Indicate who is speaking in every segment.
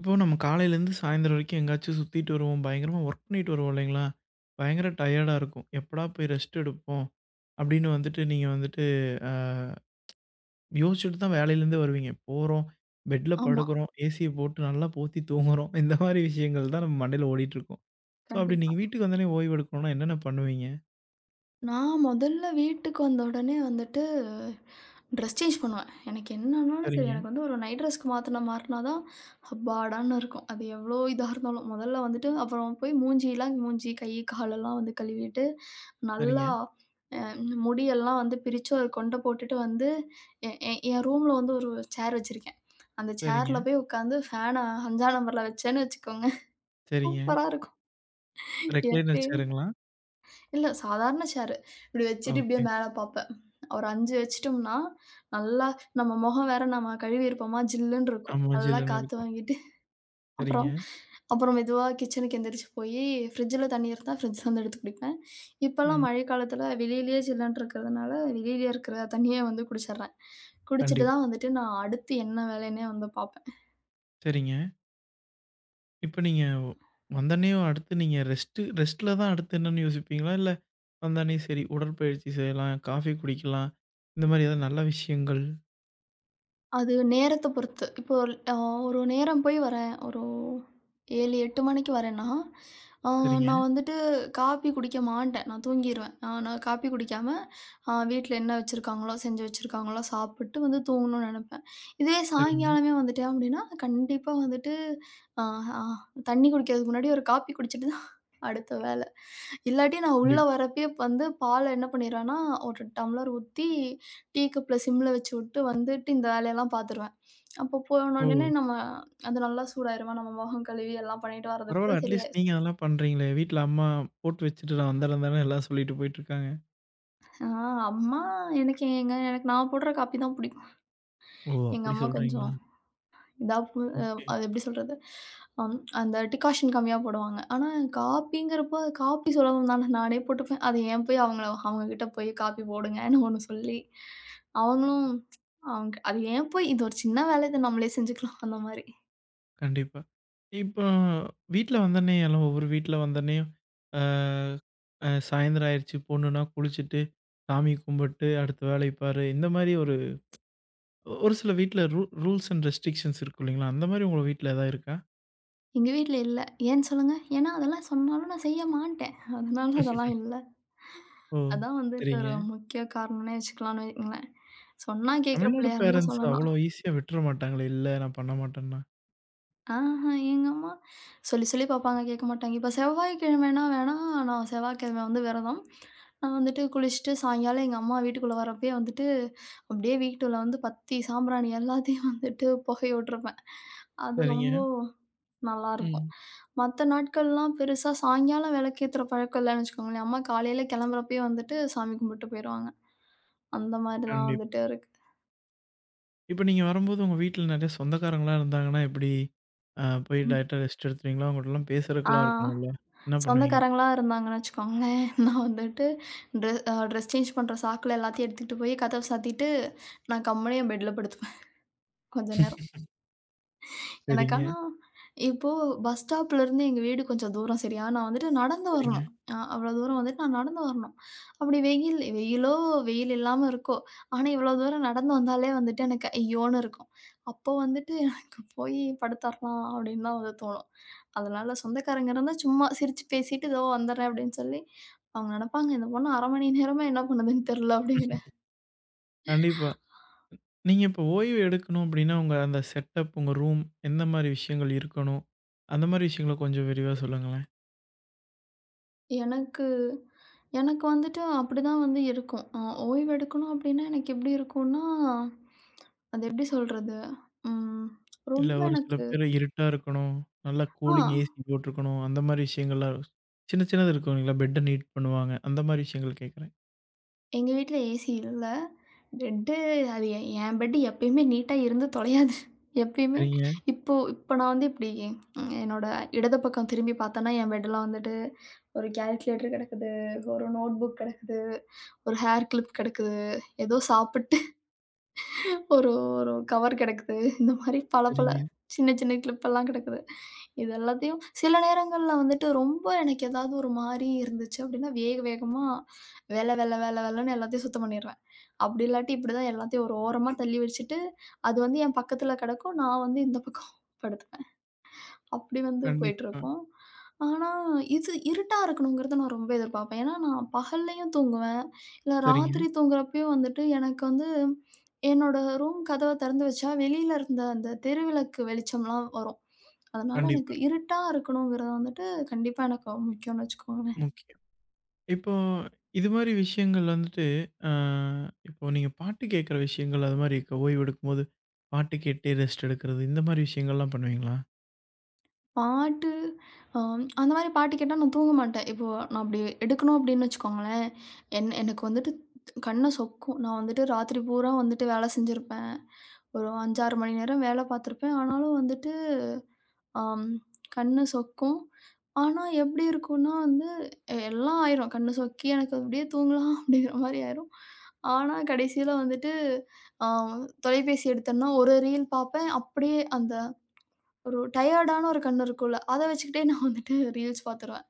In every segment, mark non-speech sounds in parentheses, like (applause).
Speaker 1: இப்போ நம்ம காலையிலேருந்து சாயந்தரம் வரைக்கும் எங்கேயாச்சும் சுத்திட்டு வருவோம். பயங்கரமா வொர்க் பண்ணிட்டு வருவோம் இல்லைங்களா? பயங்கர டயர்டா இருக்கும். எப்படா போய் ரெஸ்ட் எடுப்போம்? அப்படின்னு வந்துட்டு நீங்க வந்துட்டு அ யோசிச்சுட்டு தான் வேலையிலேருந்து வருவீங்க. போறோம், பெட்ல
Speaker 2: ஆமா.
Speaker 1: படுக்குறோம், ஏசிய போட்டு நல்லா போத்தி தூங்குறோம். இந்த மாரி விஷயங்கள் தான் நம்ம மண்டையில ஓடிட்டுருக்கும். ஸோ, அப்படி
Speaker 2: கண்டிப்பா.
Speaker 1: நீங்க வீட்டுக்கு வந்தோனே ஓய்வு எடுக்கணும்னா என்னென்ன பண்ணுவீங்க?
Speaker 2: நான் முதல்ல வீட்டுக்கு வந்த உடனே வந்துட்டு ட்ரெஸ் சேஞ்ச் பண்ணுவேன். எனக்கு என்னன்னாலும் சரி,
Speaker 1: சரிங்க.
Speaker 2: எனக்கு வந்து ஒரு நைட் ட்ரெஸ்க்கு மாத்துன மாறினா தான் அப்பாடான்னு இருக்கும். அது எவ்வளோ இதா இருந்தாலும். முதல்ல வந்துட்டு அப்புறம் போய் மூஞ்சிலாம் மூஞ்சி, கை, காலெல்லாம் வந்து கழுவிட்டு,
Speaker 1: சரிங்க.
Speaker 2: நல்லா அ முடியெல்லாம் வந்து பிரிச்சு ஒரு கொண்ட போட்டுட்டு வந்து, எ எ என் ரூம்ல வந்து ஒரு சேர் வச்சிருக்கேன். அந்த
Speaker 1: சரிங்க.
Speaker 2: சேர்ல போய் உட்காந்து ஃபேன 5ஆம் நம்பர்ல வச்சேன்னு வச்சுக்கோங்க.
Speaker 1: சரிங்க.
Speaker 2: சூப்பரா இருக்கும்.
Speaker 1: ரெக்லைனர்
Speaker 2: எப்பயும்
Speaker 1: சேருங்களா?
Speaker 2: இல்ல சாதாரண சேரு. இப்படி வச்சுட்டு இப்படியே
Speaker 1: ஓகே.
Speaker 2: மேல பாப்பேன். ஒரு 5 வச்சுட்டோம்னா, நல்லா நம்ம முகம் வேற நம்ம கழுவியிருப்போமா, ஜில்லுன்னு இருக்கும்.
Speaker 1: ஆமா,
Speaker 2: நல்லா
Speaker 1: ஜில்லுன்னு
Speaker 2: காத்து
Speaker 1: இருக்கும்.
Speaker 2: வாங்கிட்டு, அப்புறம்
Speaker 1: சரிங்க.
Speaker 2: அப்புறம் மெதுவா கிச்சனுக்கு எந்திரிச்சு போயி, ஃப்ரிட்ஜில தண்ணி இருந்தா ஃப்ரிட்ஜ்ல இருந்து எடுத்து குடிப்பேன். இப்பலாம்
Speaker 1: ம்.
Speaker 2: மழைக்காலத்தில வெளியிலயே ஜில்லுன்னு இருக்கிறதுனால, வெளியிலயே இருக்கிற தண்ணியே வந்து குடிச்சிடுறேன். குடிச்சிட்டு
Speaker 1: கண்டிப்பா.
Speaker 2: தான் வந்துட்டு நான் அடுத்து என்ன வேலைன்னே வந்து பாப்பேன்.
Speaker 1: சரிங்க. இப்ப நீங்க வந்தோனே அடுத்து நீங்க ரெஸ்ட்டு ரெஸ்ட்ல தான் அடுத்து என்னன்னு யோசிப்பீங்களா? இல்ல வந்தோனே சரி உடற்பயிற்சி செய்யலாம், காஃபி குடிக்கலாம், இந்த மாரி ஏதாவது நல்ல விஷயங்கள்.
Speaker 2: அது நேரத்த பொறுத்து. இப்போ அ ஒரு நேரம் போய் வரேன். ஒரு 7, 8 மணிக்கு வரேன்னா, அ
Speaker 1: சரிங்க.
Speaker 2: நான் வந்துட்டு காப்பி குடிக்க மாட்டேன். நான் தூங்கிருவேன். நான் காப்பி குடிக்காம வீட்ல என்ன வச்சிருக்காங்களோ, செஞ்சு வச்சிருக்காங்களோ சாப்பிட்டு வந்து தூங்கணும்னு நெனைப்பேன். இதுவே
Speaker 1: சரிங்க.
Speaker 2: சாயங்காலமே வந்துட்டேன் அப்டின்னா, கண்டிப்பா வந்துட்டு அ அ தண்ணி குடிக்கிறதுக்கு முன்னாடி ஒரு காப்பி குடிச்சிட்டு தான் அடுத்த வேல. இல்லாட்டி நான் உள்ள
Speaker 1: கண்டிப்பா.
Speaker 2: வரப்பயே வந்து பால என்ன பண்ணிருவேன்னா, ஒரு டம்ளர் ஊத்தி, டீ கப்ல சிம்ல வச்சு விட்டு வந்துட்டு இந்த வேலையெல்லாம் பார்த்துருவேன். அப்போ போன
Speaker 1: ஓ!
Speaker 2: உடனே நம்ம அது நல்லா சூடாயிருமா, நம்ம மொகம் கழுவி எல்லாம் பண்ணிட்டு
Speaker 1: பரவால்ல
Speaker 2: வரதுக்குள்ள
Speaker 1: அட்லீஸ்ட்
Speaker 2: சரியாயிரும்.
Speaker 1: நீங்க அதெல்லாம் பண்றீங்களே! வீட்ல அம்மா போட்டு வச்சுட்டு நான் வந்துடுறேன் தானே எல்லாம் சொல்லிட்டு போயிட்டுருக்காங்க.
Speaker 2: ஆ. அம்மா எனக்கு நான் போடுற காப்பி தான் பிடிக்கும்.
Speaker 1: ஓ!
Speaker 2: எங்க
Speaker 1: அப்படி
Speaker 2: அம்மா கொஞ்சம்
Speaker 1: சொல்றீங்களா?
Speaker 2: டாக்குமெ அ
Speaker 1: ஓகே.
Speaker 2: அது எப்படி சொல்றது? அம் அந்த டிகாஷன் கம்மியா போடுவாங்க. ஆனா காப்பிங்கிறப்போ காப்பி சுலபம் தானே நானே போட்டுப்பேன். அத ஏன் போய் அவங்கள அவங்க கிட்ட போய் காப்பி போடுங்கன்னு ஒண்ணு சொல்லி, அவங்களும் அவங்க அது ஏன் போய் இது ஒரு சின்ன வேலை இத நம்மளே செஞ்சுக்கலாம் அந்த மாரி.
Speaker 1: கண்டிப்பா. இப்போ வீட்ல வந்தோனே எல்லாம் ஒவ்வொரு வீட்ல வந்தோனே அ அ சாயந்தரம் ஆயிருச்சு பொண்ணுன்னா குளிச்சுட்டு, சாமி கும்பிட்டு அடுத்த வேலைய பாரு. இந்த மாரி ஒரு ஒரு சில வீட்ல ரூல்ஸ் அண்ட் ரெஸ்ட்ரிக்ஷன்ஸ் இருக்கும் இல்லைங்களா? அந்த மாரி உங்க வீட்ல ஏதாவது இருக்கா?
Speaker 2: எங்க வீட்ல இல்ல. ஏன்னு சொல்லுங்க? ஏன்னா அதெல்லாம் சொன்னாலும் நான் செய்ய மாட்டேன். அதனால அதெல்லாம் இல்ல.
Speaker 1: ஓ!
Speaker 2: அதான் வந்துட்டு
Speaker 1: சரிங்க.
Speaker 2: ஒரு முக்கிய காரணம்னே வச்சுக்கலாம்னு வையுங்களேன். சொன்னா கேட்கிற
Speaker 1: தமிழ்நாடு
Speaker 2: பிள்ளையா இருந்தா
Speaker 1: பேரன்ட்ஸ்
Speaker 2: சொல்லலாம்.
Speaker 1: அவ்வளோ ஈஸியா விட்டுற மாட்டாங்களே! இல்ல நான் பண்ண மாட்டேன்னா.
Speaker 2: ஆஹா. எங்க அம்மா சொல்லி சொல்லி பார்ப்பாங்க, கேட்க மாட்டாங்க. இப்ப செவ்வாய்க்கிழமைனா வேணா, நான் செவ்வாய்க்கிழமை வந்து விரதம். நான் வந்துட்டு குளிச்சுட்டு சாயங்காலம் எங்க அம்மா வீட்டுக்குள்ள வரப்பயே வந்துட்டு, அப்படியே வீட்டுல வந்து பத்தி சாம்பிராணி எல்லாத்தையும் வந்துட்டு புகையுட்ருப்பேன். அது
Speaker 1: சரிங்க.
Speaker 2: ரொம்ப நல்லாருக்கும்.
Speaker 1: ம்.
Speaker 2: மத்த நாட்கள்லாம் பெருசா சாயங்காலம் விளக்கேத்துற பழக்கம் இல்லன்னு வச்சுக்கோங்களேன். அம்மா காலையில கிளம்புறப்பயே வந்துட்டு சாமி கும்பிட்டு போயிருவாங்க. அந்த மாரி தான்
Speaker 1: கண்டிப்பா.
Speaker 2: வந்துட்டு இருக்கு.
Speaker 1: இப்ப நீங்க வரும்போது உங்க வீட்ல நெறைய சொந்தக்காரங்கலாம் இருந்தாங்கன்னா எப்படி? போய்
Speaker 2: ம்.
Speaker 1: டைரக்ட்டா ரெஸ்ட் எடுத்துருவீங்களா? அவங்கட்டலாம்
Speaker 2: ஆ.
Speaker 1: பேசுறதுக்குலாம் இருக்கணும்ல? என்ன பண்ணுவீங்க?
Speaker 2: சொந்தக்காரங்களா இருந்தாங்கன்னு வச்சுக்கோங்களேன், (laughs) நான் வந்துட்டு ட்ரெஸ் சேஞ்ச் பண்ற சாக்குல எல்லாத்தையும் எடுத்துக்கிட்டு போய் கதவ சாத்திட்டு, நான் கம்முனு என் பெட்ல படுத்துப்பேன் கொஞ்ச நேரம். எனக்கு
Speaker 1: சரிங்க.
Speaker 2: ஆனா, இப்போ பஸ் ஸ்டாப்லருந்து எங்க வீடு கொஞ்சம் தூரம் சரியா, நான் வந்துட்டு நடந்து
Speaker 1: சரிங்க.
Speaker 2: வரணும். அவ்வளோ தூரம் வந்துட்டு நான் நடந்து வரணும். அப்படி வெயில் வெயிலோ, வெயில் இல்லாம இருக்கோ, ஆனா இவ்வளோ தூரம் நடந்து வந்தாலே வந்துட்டு எனக்கு ஐயோன்னு இருக்கும். அப்போ வந்துட்டு எனக்கு போய் படுத்தரலாம் அப்படின்னு தான் வந்து தோணும். அதனால சொந்தக்காரங்க இருந்தா சும்மா சிரிச்சு பேசிட்டு ஏதோ வந்துடுறேன் அப்படின்னு சொல்லி அவங்க நெனைப்பாங்க, இந்த பொண்ணு 1/2 மணி நேரமா என்ன பண்ணுதுன்னு தெரியல அப்படிங்கிற.
Speaker 1: கண்டிப்பா. நீங்க இப்ப ஓய்வு எடுக்கணும் அப்படின்னா, உங்க அந்த செட்டப், உங்க ரூம் எந்த மாரி விஷயங்கள் இருக்கணும்? அந்த மாரி விஷயங்கள கொஞ்சம் விரிவா சொல்லுங்களேன்.
Speaker 2: எனக்கு எனக்கு வந்துட்டு அப்படிதான் வந்து இருக்கும். ஓய்வு எடுக்கணும் அப்படின்னா, எனக்கு எப்படி இருக்கும்னா, அது எப்படி சொல்றது? ம்
Speaker 1: இல்ல
Speaker 2: ரொம்ப
Speaker 1: ஒரு சில
Speaker 2: எனக்கு.
Speaker 1: பேரு இருட்டா இருக்கணும். நல்லா
Speaker 2: ஆ.
Speaker 1: கூலிங் ஏசி போட்டிருக்கணும். அந்த மாரி விஷயங்கள்லாம் சின்ன சின்னது இருக்கும் இல்லைங்களா? பெட்ட நீட் பண்ணுவாங்க. அந்த மாரி விஷயங்கள் கேட்குறேன்.
Speaker 2: எங்க வீட்ல ஏசி இல்ல. பெட்டு அது எ என் பெட்டு எப்பயுமே நீட்டா இருந்து தொலையாது. எப்பயுமே
Speaker 1: சரிங்க.
Speaker 2: இப்போ இப்போ நான் வந்து இப்படி என்னோட இடது பக்கம் திரும்பி பார்த்தேன்னா, என் பெட்லாம் வந்துட்டு ஒரு கால்குலேட்டர் கிடக்குது, ஒரு நோட்புக் கிடக்குது, ஒரு ஹேர் கிளிப் கிடக்குது, ஏதோ சாப்பிட்டு ஒரு ஒரு கவர் கிடைக்குது. இந்த மாரி பல பல
Speaker 1: சரிங்க.
Speaker 2: சின்ன சின்ன கிளிப்பெல்லாம் கிடைக்குது. இது எல்லாத்தையும் சில நேரங்கள்ல வந்துட்டு ரொம்ப எனக்கு ஏதாவது ஒரு மாரி இருந்துச்சு அப்படின்னா, வேக வேகமா வெல வெல வெல வெலன்னு எல்லாத்தையும் சுத்தம் பண்ணிருவேன். அப்படி இல்லாட்டி இப்படிதான் எல்லாத்தையும் ஒரு ஓரமா தள்ளி வச்சுட்டு, அது வந்து என் பக்கத்துல கிடக்கும். நான் வந்து இந்த பக்கம் படுத்துப்பேன். அப்படி வந்து
Speaker 1: கண்டிப்பா.
Speaker 2: போயிட்டுருக்கும். ஆனா, இது இருட்டா இருக்கணுங்கிறத நான் ரொம்ப எதிர்பார்ப்பேன். ஏன்னா, நான் பகல்லேயும் தூங்குவேன். இல்ல
Speaker 1: சரிங்க.
Speaker 2: ராத்திரி தூங்குறப்பயும் வந்துட்டு எனக்கு வந்து என்னோட ரூம் கதவ திறந்து வச்சா வெளியில இருந்த அந்த தெருவிளக்கு வெளிச்சம்லாம் வரும். அதனால
Speaker 1: கண்டிப்பா.
Speaker 2: எனக்கு இருட்டா இருக்கணுங்கிறது வந்துட்டு கண்டிப்பா எனக்கு முக்கியம்னு வச்சுக்கோங்களேன்.
Speaker 1: முக்கியம். இப்போ இது மாரி விஷயங்கள் வந்துட்டு, அ இப்போ நீங்க பாட்டு கேட்குற விஷயங்கள் அது மாரி இருக்கா? ஓய்வு எடுக்கும்போது பாட்டு கேட்டே ரெஸ்ட் எடுக்கிறது, இந்த மாரி விஷயங்கள்லாம் பண்ணுவீங்களா?
Speaker 2: பாட்டு. அந்த மாரி பாட்டு கேட்டா நான் தூங்க மாட்டேன். இப்போ நான் அப்படி எடுக்கணும் அப்படின்னு வச்சுக்கோங்களேன், என் எனக்கு வந்துட்டு கண்ண சொக்கும். நான் வந்துட்டு ராத்திரி பூரா வந்துட்டு வேலை செஞ்சிருப்பேன். ஒரு 5, 6 மணி நேரம் வேலை பார்த்துருப்பேன். ஆனாலும் வந்துட்டு அம் கண்ணு சொக்கும். ஆனா எப்படி இருக்கும்னா வந்து எல்லாம் ஆயிரும். கண்ணு சொக்கி எனக்கு அப்படியே தூங்கலாம் (laughs) அப்படிங்கிற மாரி ஆயிரும். ஆனா கடைசியில வந்துட்டு அ தொலைபேசி எடுத்தேன்னா ஒரு ரீல் பார்ப்பேன். அப்படியே அந்த ஒரு டயர்டான ஒரு கண்ணு இருக்கும்ல, அத வச்சுக்கிட்டே நான் வந்துட்டு ரீல்ஸ் பார்த்துருவேன்.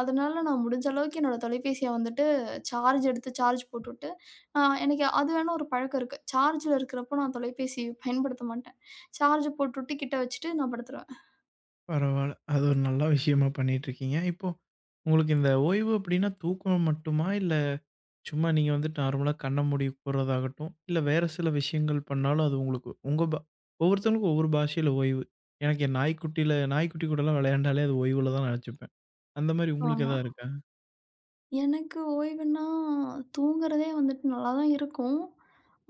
Speaker 2: அதனால நான் முடிஞ்ச அளவுக்கு என்னோட தொலைபேசிய வந்துட்டு சார்ஜ் எடுத்து சார்ஜ் போட்டுவிட்டு, அ எனக்கு அது வேணா ஒரு பழக்கம் இருக்கு. சார்ஜ்ல இருக்கிறப்போ நான் தொலைபேசி பயன்படுத்த மாட்டேன். சார்ஜ் போட்டுவிட்டு கிட்ட வச்சுட்டு நான் படுத்துருவேன்.
Speaker 1: பரவால்ல. அது ஒரு நல்ல விஷயமா பண்ணிட்டு இருக்கீங்க. இப்போ உங்களுக்கு இந்த ஓய்வு அப்படின்னா தூக்கம் மட்டுமா? இல்ல சும்மா நீங்க வந்துட்டு நார்மலா கண்ண மூடி போடுறதாகட்டும், இல்ல வேற சில விஷயங்கள் பண்ணாலும் அது உங்களுக்கு உங்க பா ஒவ்வொருத்தவங்களுக்கும் ஒவ்வொரு பாஷையில ஓய்வு. எனக்கு என் நாய்க்குட்டியில நாய்க்குட்டி கூடலாம் விளையாண்டாலே அது ஓய்வுல தான் நெனச்சுப்பேன். அந்த மாரி உங்களுக்கு
Speaker 2: ஆமா.
Speaker 1: எதாவது இருக்கா?
Speaker 2: எனக்கு ஓய்வுன்னா தூங்குறதே வந்துட்டு நல்லா தான் இருக்கும்.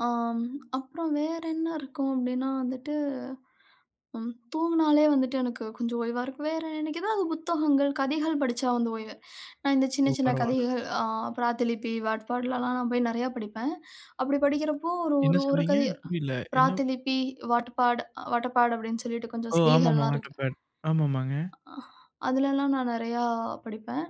Speaker 2: ஆம், அப்புறம் வேற என்ன இருக்கும் அப்டின்னா வந்துட்டு. ம். தூங்குனாலே வந்துட்டு எனக்கு கொஞ்சம் ஓய்வா இருக்கும். வேற எனக்கு ஏதாவது புத்தகங்கள், கதைகள் படிச்சா வந்து ஓய்வு. நான் இந்த சின்ன
Speaker 1: ஓ!
Speaker 2: சின்ன
Speaker 1: பரவால்ல.
Speaker 2: கதைகள் "பிராத்திலிபி", "வாட்பாட்லலாம்" நான் போய் நெறையா படிப்பேன். அப்படி படிக்கிறப்போ ஒரு
Speaker 1: என்ன
Speaker 2: ஒரு ஒரு
Speaker 1: சொன்னீங்க?
Speaker 2: கதை
Speaker 1: புரியல. என்ன?
Speaker 2: "பிராத்திலிபி", "வாட்பாட்", "வாட்டபாட்" அப்படின்னு சொல்லிட்டு கொஞ்சம்
Speaker 1: ஓ! ஆமாமா.
Speaker 2: செயலிகள்லாம் இருக்கு.
Speaker 1: Water pad. ஆமாமாங்க.
Speaker 2: அ அதுலலாம் நான் நெறையா படிப்பேன்.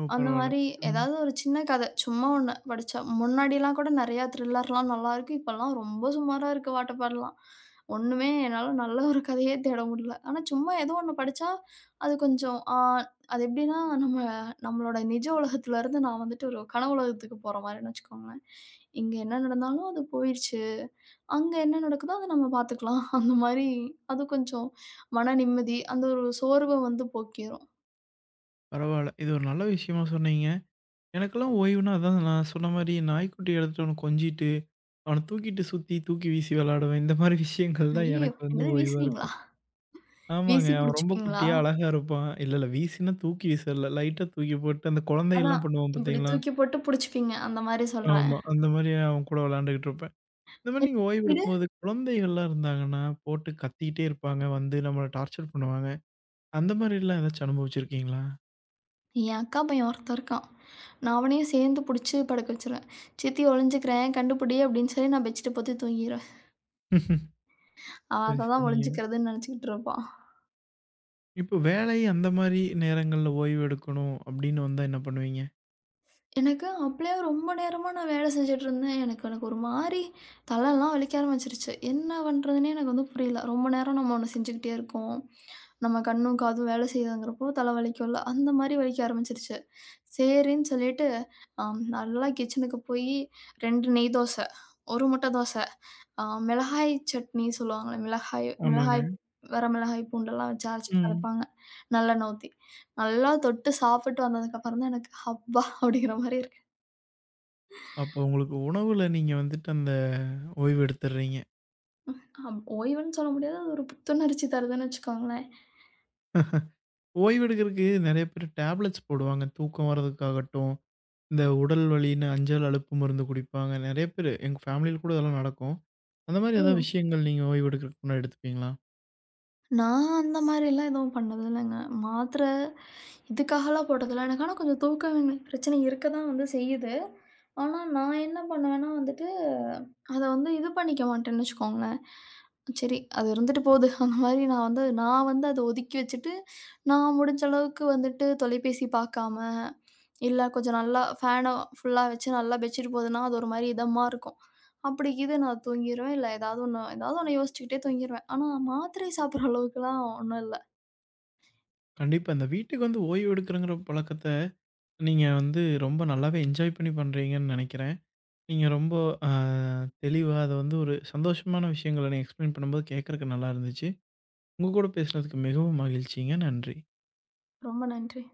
Speaker 1: ஓ!
Speaker 2: அந்த
Speaker 1: பரவால்ல.
Speaker 2: மாரி
Speaker 1: ம்.
Speaker 2: ஏதாவது ஒரு சின்ன கதை, சும்மா ஒண்ணு படிச்சா. முன்னாடிலாம் கூட நெறையா த்ரில்லர்லாம் நல்லாருக்கும். இப்பலாம் ரொம்ப சுமாரா இருக்கு வாட்டப்பாடிலாம். ஒண்ணுமே என்னால நல்ல ஒரு கதையே தேட முடியல. ஆனா சும்மா ஏதோ ஒண்ணு படிச்சா, அது கொஞ்சம். அது எப்படின்னா, நம்ம நம்மளோட நிஜ உலகத்துலருந்து நான் வந்துட்டு ஒரு கனவு உலகத்துக்கு போற மாரின்னு வச்சுக்கோங்களேன். இங்க என்ன நடந்தாலும் அது போயிருச்சு. அங்க என்ன நடக்குதோ அத நம்ம பார்த்துக்கலாம். அந்த மாரி அது கொஞ்சம் மன நிம்மதி, அந்த ஒரு சோர்வ வந்து போக்கிரும்.
Speaker 1: பரவால்ல. இது ஒரு நல்ல விஷயமா சொன்னீங்க. எனக்கெல்லாம் ஓய்வுனா அதான் நான் சொன்ன மாரி நாய்க்குட்டி எடுத்துட்டு அவன கொஞ்சிட்டு, அவன தூக்கிட்டு சுத்தி, தூக்கி வீசி விளையாடுவேன். இந்த மாரி விஷயங்கள் தான்
Speaker 2: ஐயய்யோ!
Speaker 1: எனக்கு வந்து
Speaker 2: என்னது
Speaker 1: ஓய்வா
Speaker 2: வீசுறீங்களா?
Speaker 1: இருக்கும். ஆமாங்க.
Speaker 2: வீசி
Speaker 1: அவன் ரொம்ப
Speaker 2: புடிச்சுப்பீங்களா?
Speaker 1: குட்டியா, அழகா இருப்பான். இல்ல, இல்ல வீசினா தூக்கி வீசல. லைட்டா தூக்கி போட்டு, அந்த
Speaker 2: அதான்.
Speaker 1: குழந்தையெல்லாம் பண்ணுவான்
Speaker 2: இப்படி
Speaker 1: பார்த்தீங்களா?
Speaker 2: தூக்கி போட்டு புடிச்சுப்பீங்க. அந்த மாரி சொல்றேன்.
Speaker 1: ஆமா. அந்த மாரி அவன் கூட விளையாண்டுகிட்டு இருப்பேன். இந்த மாரி
Speaker 2: என்
Speaker 1: நீங்க ஓய்வு
Speaker 2: வீடு.
Speaker 1: எடுக்கும்போது குழந்தைகள்லாம் இருந்தாங்கன்னா, போட்டு கத்திக்கிட்டே இருப்பாங்க. வந்து நம்மள டார்ச்சர் பண்ணுவாங்க. அந்த மாரிலாம் ஏதாச்சும் அனுபவிச்சிருக்கீங்களா?
Speaker 2: என் அக்கா பையன் ஒருத்தன் இருக்கான். நான் அவனையும் சேர்ந்து புடிச்சு படுக்க வச்சுருவேன். சித்தி ஒளிஞ்சுக்கிறேன், கண்டுபுடி அப்படின்னு சொல்லி நான் பெட்ஷீட்ட போத்தி தூங்கிருவேன்.
Speaker 1: (laughs)
Speaker 2: அவன்
Speaker 1: சரி,
Speaker 2: அததான்
Speaker 1: சரிங்க.
Speaker 2: ஒளிஞ்சுக்கிறதுன்னு நெனச்சுக்கிட்டு இருப்பான்.
Speaker 1: இப்போ வேலை அந்த மாரி நேரங்கள்ல ஓய்வு எடுக்கணும் அப்படின்னு வந்தா என்ன பண்ணுவீங்க?
Speaker 2: எனக்கு அப்பயே ரொம்ப நேரமா நான் வேலை செஞ்சுட்டு இருந்தேன். எனக்கு எனக்கு ஒரு மாரி தலைலாம் வலிக்க ஆரம்பிச்சுருச்சு. என்ன பண்றதுன்னே எனக்கு வந்து புரியல. ரொம்ப நேரம் நம்ம ஒண்ணு செஞ்சுக்கிட்டே இருக்கோம். நம்ம கண்ணும், காதும் வேலை செய்யுதுங்கிறப்போ தலை வலிக்கும்ல. அந்த மாரி வலிக்க ஆரம்பிச்சுருச்சு. சரின்னு சொல்லிட்டு, நல்லா கிச்சனுக்கு போயி 2 நெய் தோசை, 1 முட்டை தோசை. ஆ, மிளகாய் சட்னி சொல்லுவாங்கல்ல. மிளகாய்
Speaker 1: ஆமாங்க.
Speaker 2: மிளகாய் வர மிளகாய் பூண்டெல்லாம் வச்சு அரைச்சு
Speaker 1: ம்.
Speaker 2: அரைப்பாங்க. நல்லெண்ணெய் ஊத்தி. நல்லா தொட்டு சாப்பிட்டு வந்ததுக்கப்புறம் தான் எனக்கு ஹப்பா! அப்படிங்கிற மாரி இருக்கு.
Speaker 1: அப்போ உங்களுக்கு உணவுல நீங்க வந்துட்டு அந்த ஓய்வு எடுத்துடுறீங்க.
Speaker 2: அப் ஓய்வுன்னு சொல்ல முடியாது. அது ஒரு புத்துணர்ச்சி தருதுன்னு வச்சுக்கோங்களேன்.
Speaker 1: ஓய்வெடுக்கிறதுக்கு நெறைய பேர் டேப்லெட்ஸ் போடுவாங்க. தூக்கம் வரதுக்காகட்டும், இந்த உடல் வலின்னு அஞ்சால் அலுப்பு மருந்து குடிப்பாங்க. நெறைய பேரு எங்க ஃபேமிலியில கூட இதெல்லாம் நடக்கும். அந்த மாரி
Speaker 2: ஓ!
Speaker 1: ஏதாவது விஷயங்கள் நீங்க ஓய்வு எடுக்கிறதுக்கு முன்னாடி எடுத்துப்பீங்களா?
Speaker 2: நான் அந்த மாரிலாம் எதுவும் பண்ணது இல்லங்க. மாத்திரை இதுக்காகலாம் போட்டதில்ல. எனக்கு ஆனா கொஞ்சம் தூக்க பிரச்சனை இருக்க தான் வந்து செய்யுது. ஆனா நான் என்ன பண்ணுவேன்னா வந்துட்டு அத வந்து இது பண்ணிக்க மாட்டேன்னு வச்சுக்கோங்களேன். சரி அது இருந்துட்டு போது. (laughs) அந்த மாரி நான் வந்து அத ஒதுக்கி வச்சுட்டு, நான் முடிஞ்ச அளவுக்கு வந்துட்டு தொலைபேசி பார்க்காம, இல்ல கொஞ்சம் நல்லா ஃபேன ஃபுல்லா வச்சு நல்லா பெட்ஷீட் போதுனா, அது ஒரு மாரி இதமா இருக்கும். அப்படி இது நான் தூங்கிருவேன். இல்ல ஏதாவது ஒண்ணு யோசிச்சுக்கிட்டே தூங்கிருவேன். ஆனா மாத்திரை சாப்பிடுற அளவுக்குலாம் ஒண்ணும் இல்ல.
Speaker 1: கண்டிப்பா. இந்த வீட்டுக்கு வந்து ஓய்வு எடுக்கிறங்கிற பழக்கத்த நீங்க வந்து ரொம்ப நல்லாவே என்ஜாய் பண்ணி பண்றீங்கன்னு நெனைக்கிறேன். நீங்க ரொம்ப அ தெளிவா அத வந்து ஒரு சந்தோஷமான விஷயங்கள நீங்க எக்ஸ்பிளைன் பண்ணும்போது கேட்கறக்கு நல்லா இருந்துச்சு. உங்க கூட பேசுனதுக்கு மிகவும் மகிழ்ச்சிங்க. நன்றி.
Speaker 2: ரொம்ப நன்றி.